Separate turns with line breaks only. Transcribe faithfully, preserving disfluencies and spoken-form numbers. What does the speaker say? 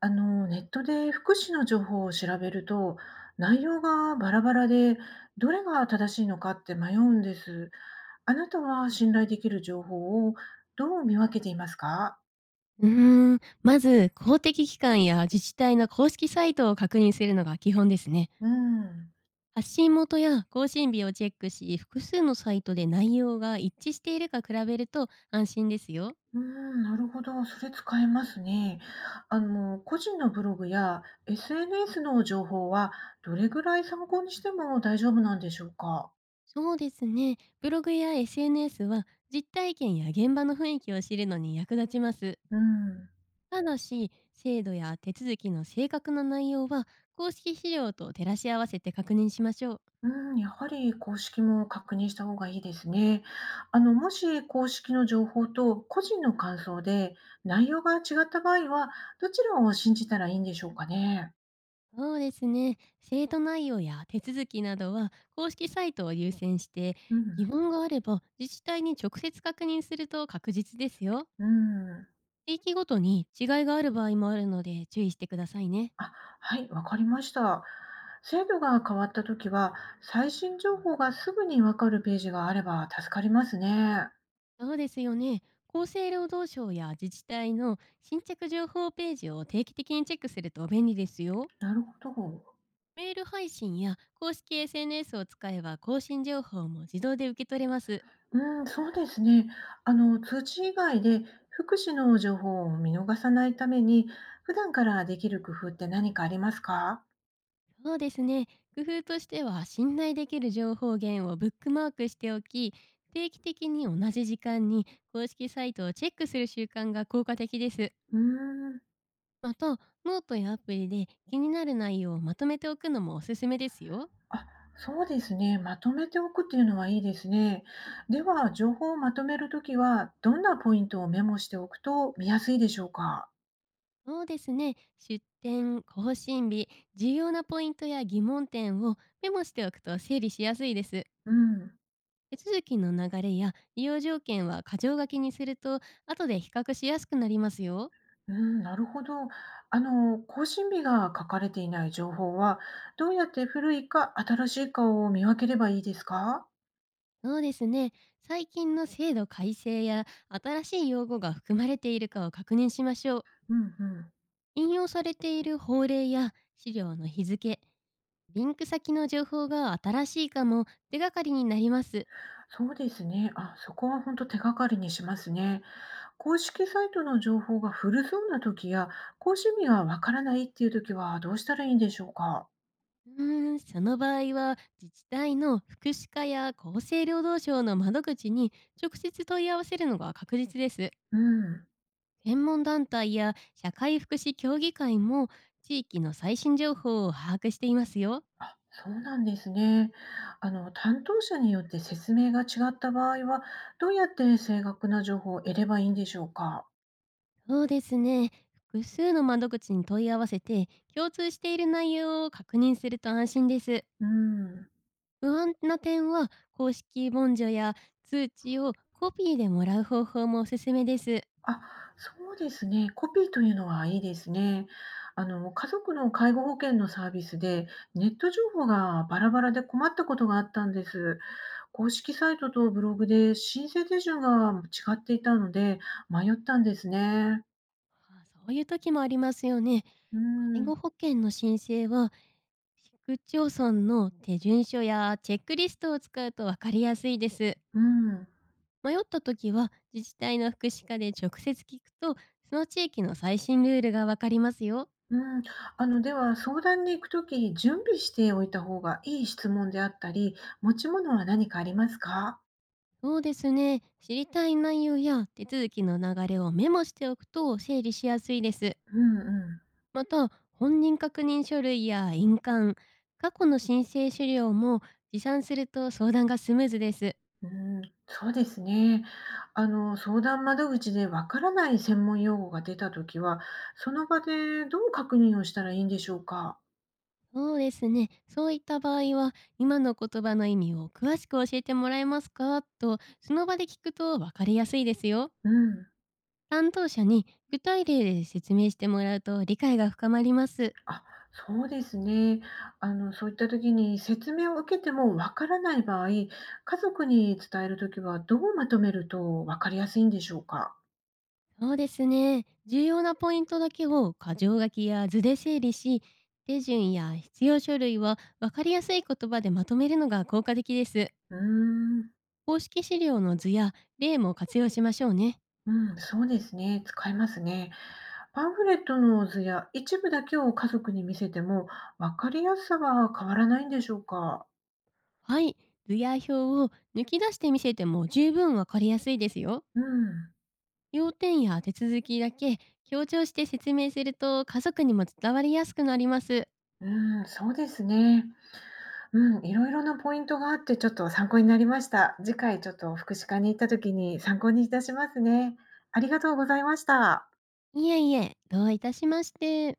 あの、ネットで福祉の情報を調べると、内容がバラバラで、どれが正しいのかって迷うんです。あなたは信頼できる情報をどう見分けていますか？
うーん、まず公的機関や自治体の公式サイトを確認するのが基本ですね。
うん。
発信元や更新日をチェックし、複数のサイトで内容が一致しているか比べると安心ですよ。
うん、なるほど。それ使えますね。あの、個人のブログや エスエヌエス の情報は、どれぐらい参考にしても大丈夫なんでしょうか？
そうですね。ブログや エスエヌエス は実体験や現場の雰囲気を知るのに役立ちます。
うん。
ただし、制度や手続きの正確な内容は公式資料と照らし合わせて確認しましょう。
うん、やはり公式も確認した方がいいですね。あの、もし公式の情報と個人の感想で内容が違った場合は、どちらを信じたらいいんでしょうかね。
そうですね。生徒内容や手続きなどは公式サイトを優先して
うん、
疑問があれば自治体に直接確認すると確実ですよ。
うん。
地域ごとに違いがある場合もあるので注意してくださいね。
あ、はい、わかりました。制度が変わったときは、最新情報がすぐにわかるページがあれば助かりますね。
そうですよね。厚生労働省や自治体の新着情報ページを定期的にチェックすると便利ですよ。
なるほど。
メール配信や公式 エスエヌエス を使えば更新情報も自動で受け取れます。
うーん、そうですね。あの、通知以外で福祉の情報を見逃さないために、普段からできる工夫って何かありますか？
そうですね。工夫としては、信頼できる情報源をブックマークしておき、定期的に同じ時間に公式サイトをチェックする習慣が効果的です。
うーん。
また、ノートやアプリで気になる内容をまとめておくのもおすすめですよ。
あ、そうですね。まとめておくっていうのはいいですね。では、情報をまとめるときは、どんなポイントをメモしておくと見やすいでしょうか？
そうですね。出店、更新日、重要なポイントや疑問点をメモしておくと整理しやすいです。
うん。
手続きの流れや利用条件は箇条書きにすると、後で比較しやすくなりますよ。
うーん、なるほど。あの、更新日が書かれていない情報は、どうやって古いか新しいかを見分ければいいですか？
そうですね。最近の制度改正や新しい用語が含まれているかを確認しましょう。
うんうん。
引用されている法令や資料の日付、リンク先の情報が新しいかも手がかりになります。
そうですね。あ、そこは本当手がかりにしますね。公式サイトの情報が古そうな時や、講師名がわからないっていう時はどうしたらいいんでしょうか。
うーん、その場合は自治体の福祉課や厚生労働省の窓口に直接問い合わせるのが確実です。
うん。
専門団体や社会福祉協議会も地域の最新情報を把握していますよ。
あ、そうなんですね。あの、担当者によって説明が違った場合は、どうやって正確な情報を得ればいいんでしょうか。
そうですね。複数の窓口に問い合わせて、共通している内容を確認すると安心です。
うん。
不安な点は、公式文書や通知をコピーでもらう方法もおすすめです。
あ、そうですね。コピーというのはいいですね。あの、家族の介護保険のサービスで、ネット情報がバラバラで困ったことがあったんです。公式サイトとブログで申請手順が違っていたので、迷ったんですね。
まあそういう時もありますよね。
う
介
ん、
護保険の申請は、市区町村の手順書やチェックリストを使うと分かりやすいです。
うん、
迷った時は、自治体の福祉課で直接聞くと、その地域の最新ルールが分かりますよ。
うん。あの、では、相談に行くとき、準備しておいた方がいい質問であったり、持ち物は何かありますか？
そうですね。知りたい内容や手続きの流れをメモしておくと整理しやすいです。
うん、うん。
また、本人確認書類や印鑑、過去の申請資料も持参すると相談がスムーズです。
うん、そうですね。あの、相談窓口でわからない専門用語が出たときは、その場でどう確認をしたらいいんでしょうか？
そうですね。そういった場合は、今の言葉の意味を詳しく教えてもらえますかと、その場で聞くと分かりやすいですよ。
うん。
担当者に具体例で説明してもらうと理解が深まります。
あ、そうですね。あの、そういったときに説明を受けてもわからない場合、家族に伝えるときはどうまとめるとわかりやすいんでしょうか？
そうですね。重要なポイントだけを箇条書きや図で整理し、手順や必要書類は分かりやすい言葉でまとめるのが効果的です。
うーん。
公式資料の図や例も活用しましょうね。
うん、そうですね。使いますね。パンフレットの図や一部だけを家族に見せても、わかりやすさは変わらないんでしょうか？
はい。図や表を抜き出してみせても十分分かりやすいですよ。
うん、
要点や手続きだけ強調して説明すると家族にも伝わりやすくなります。
うん、そうですね。うん、いろいろなポイントがあって、ちょっと参考になりました。次回ちょっと福祉課に行った時に参考にいたしますね。ありがとうございました。
いえいえ、どういたしまして。